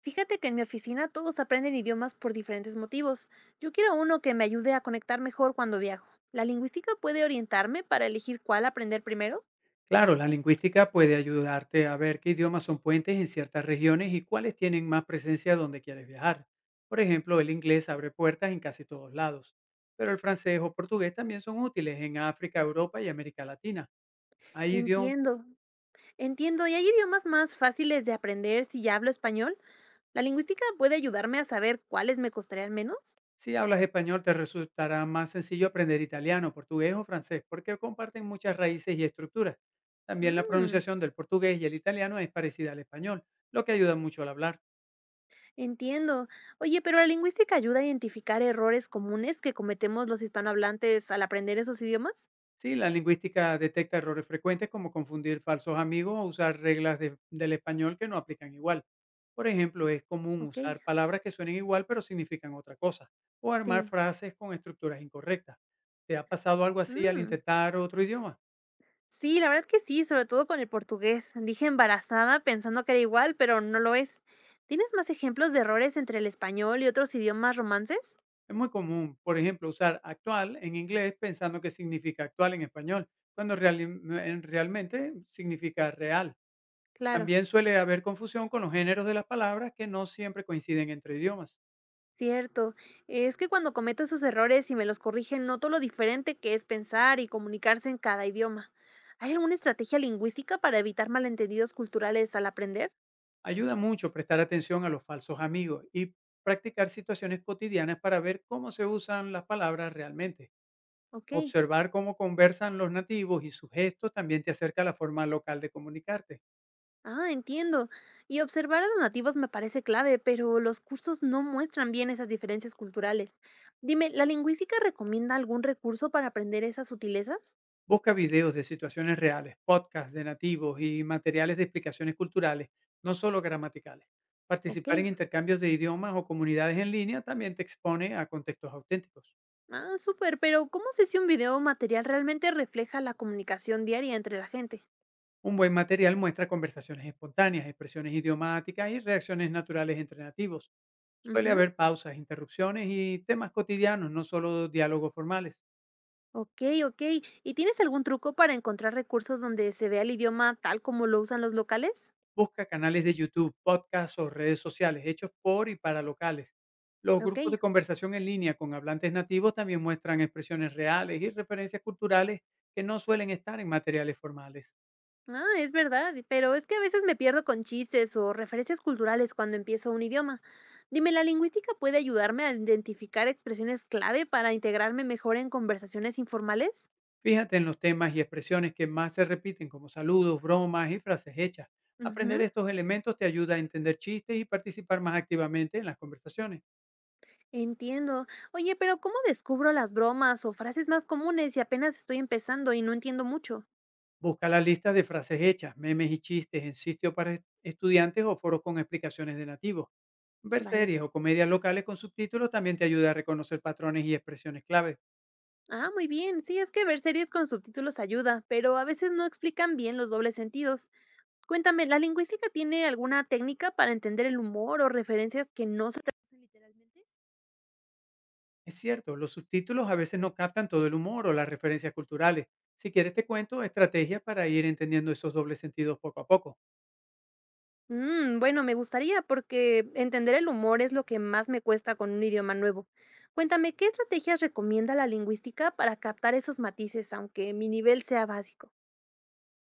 Fíjate que en mi oficina todos aprenden idiomas por diferentes motivos. Yo quiero uno que me ayude a conectar mejor cuando viajo. ¿La lingüística puede orientarme para elegir cuál aprender primero? Claro, la lingüística puede ayudarte a ver qué idiomas son puentes en ciertas regiones y cuáles tienen más presencia donde quieres viajar. Por ejemplo, el inglés abre puertas en casi todos lados, pero el francés o portugués también son útiles en África, Europa y América Latina. Ahí, idioma, Entiendo, entiendo. ¿Y hay idiomas más fáciles de aprender si ya hablo español? ¿La lingüística puede ayudarme a saber cuáles me costarían menos? si hablas español, te resultará más sencillo aprender italiano, portugués o francés porque comparten muchas raíces y estructuras. También la Mm, pronunciación del portugués y el italiano es parecida al español, lo que ayuda mucho al hablar. entiendo. Oye, pero la lingüística ayuda a identificar errores comunes que cometemos los hispanohablantes al aprender esos idiomas. Sí, la lingüística detecta errores frecuentes como confundir falsos amigos o usar reglas del español que no aplican igual. Por ejemplo, es común Ok, usar palabras que suenen igual pero significan otra cosa, o sí. armar frases con estructuras incorrectas. ¿Te ha pasado algo así al Mm. intentar otro idioma? Sí, la verdad que sí, sobre todo con el portugués. Dije embarazada pensando que era igual, pero no lo es. ¿Tienes más ejemplos de errores entre el español y otros idiomas romances? Es muy común, por ejemplo, usar actual en inglés pensando que significa actual en español, cuando realmente significa real. Claro, También suele haber confusión con los géneros de las palabras que no siempre coinciden entre idiomas. cierto. Es que cuando cometo esos errores y me los corrigen, noto lo diferente que es pensar y comunicarse en cada idioma. ¿Hay alguna estrategia lingüística para evitar malentendidos culturales al aprender? Ayuda mucho prestar atención a los falsos amigos y practicar situaciones cotidianas para ver cómo se usan las palabras realmente. Ok. Observar cómo conversan los nativos y sus gestos también te acerca a la forma local de comunicarte. Ah, entiendo. Y observar a los nativos me parece clave, pero los cursos no muestran bien esas diferencias culturales. Dime, ¿la lingüística recomienda algún recurso para aprender esas sutilezas? Busca videos de situaciones reales, podcasts de nativos y materiales de explicaciones culturales, no solo gramaticales. Ok. Participar en intercambios de idiomas o comunidades en línea también te expone a contextos auténticos. Ah, súper, pero ¿cómo sé si un video o material realmente refleja la comunicación diaria entre la gente? Un buen material muestra conversaciones espontáneas, expresiones idiomáticas y reacciones naturales entre nativos. Suele Ujú. haber pausas, interrupciones y temas cotidianos, no solo diálogos formales. Ok, ok. ¿Y tienes algún truco para encontrar recursos donde se vea el idioma tal como lo usan los locales? Busca canales de YouTube, podcasts o redes sociales hechos por y para locales. Los Ok. grupos de conversación en línea con hablantes nativos también muestran expresiones reales y referencias culturales que no suelen estar en materiales formales. Ah, es verdad, pero es que a veces me pierdo con chistes o referencias culturales cuando empiezo un idioma. Dime, ¿la lingüística puede ayudarme a identificar expresiones clave para integrarme mejor en conversaciones informales? Fíjate en los temas y expresiones que más se repiten, como saludos, bromas y frases hechas. Aprender Ujú, estos elementos te ayuda a entender chistes y participar más activamente en las conversaciones. entiendo. Oye, pero ¿cómo descubro las bromas o frases más comunes si apenas estoy empezando y no entiendo mucho? Busca la lista de frases hechas, memes y chistes en sitios para estudiantes o foros con explicaciones de nativos. Ver Vale. series o comedias locales con subtítulos también te ayuda a reconocer patrones y expresiones clave. Ah, muy bien. Sí, es que ver series con subtítulos ayuda, pero a veces no explican bien los dobles sentidos. Cuéntame, ¿la lingüística tiene alguna técnica para entender el humor o referencias que no se traducen literalmente? Es cierto, los subtítulos a veces no captan todo el humor o las referencias culturales. Si quieres te cuento estrategias para ir entendiendo esos dobles sentidos poco a poco. Mm, bueno, me gustaría porque entender el humor es lo que más me cuesta con un idioma nuevo. Cuéntame, ¿qué estrategias recomienda la lingüística para captar esos matices, aunque mi nivel sea básico?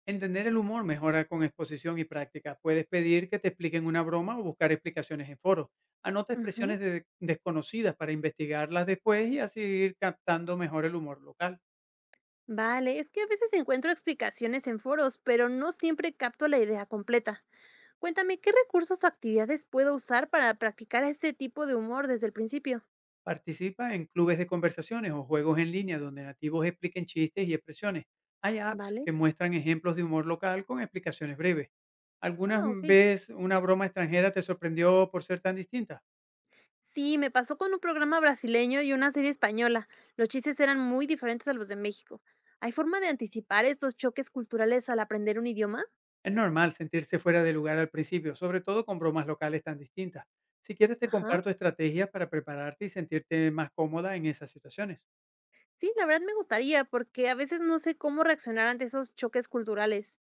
Entender el humor mejora con exposición y práctica. Puedes pedir que te expliquen una broma o buscar explicaciones en foros. Anota Ujú. Desconocidas para investigarlas después y así ir captando mejor el humor local. Vale, es que a veces encuentro explicaciones en foros, pero no siempre capto la idea completa. Cuéntame, ¿qué recursos o actividades puedo usar para practicar este tipo de humor desde el principio? Participa en clubes de conversaciones o juegos en línea donde nativos expliquen chistes y expresiones. Hay apps Vale. que muestran ejemplos de humor local con explicaciones breves. ¿Alguna Ah, ok. vez una broma extranjera te sorprendió por ser tan distinta? Sí, me pasó con un programa brasileño y una serie española. Los chistes eran muy diferentes a los de México. ¿Hay forma de anticipar estos choques culturales al aprender un idioma? Es normal sentirse fuera de lugar al principio, sobre todo con bromas locales tan distintas. Si quieres te Ajá. comparto estrategias para prepararte y sentirte más cómoda en esas situaciones. Sí, la verdad me gustaría, porque a veces no sé cómo reaccionar ante esos choques culturales.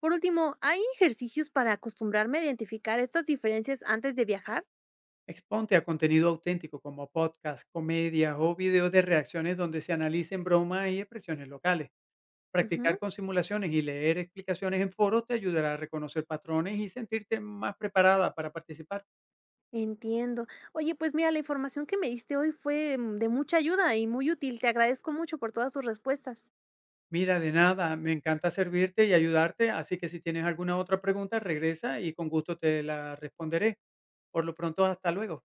Por último, ¿hay ejercicios para acostumbrarme a identificar estas diferencias antes de viajar? Exponte a contenido auténtico como podcasts, comedias o videos de reacciones donde se analicen bromas y expresiones locales. Ujú, Practicar con simulaciones y leer explicaciones en foros te ayudará a reconocer patrones y sentirte más preparada para participar. entiendo. Oye, pues mira, la información que me diste hoy fue de mucha ayuda y muy útil. Te agradezco mucho por todas tus respuestas. Mira, de nada, me encanta servirte y ayudarte, así que si tienes alguna otra pregunta, regresa y con gusto te la responderé. Por lo pronto, hasta luego.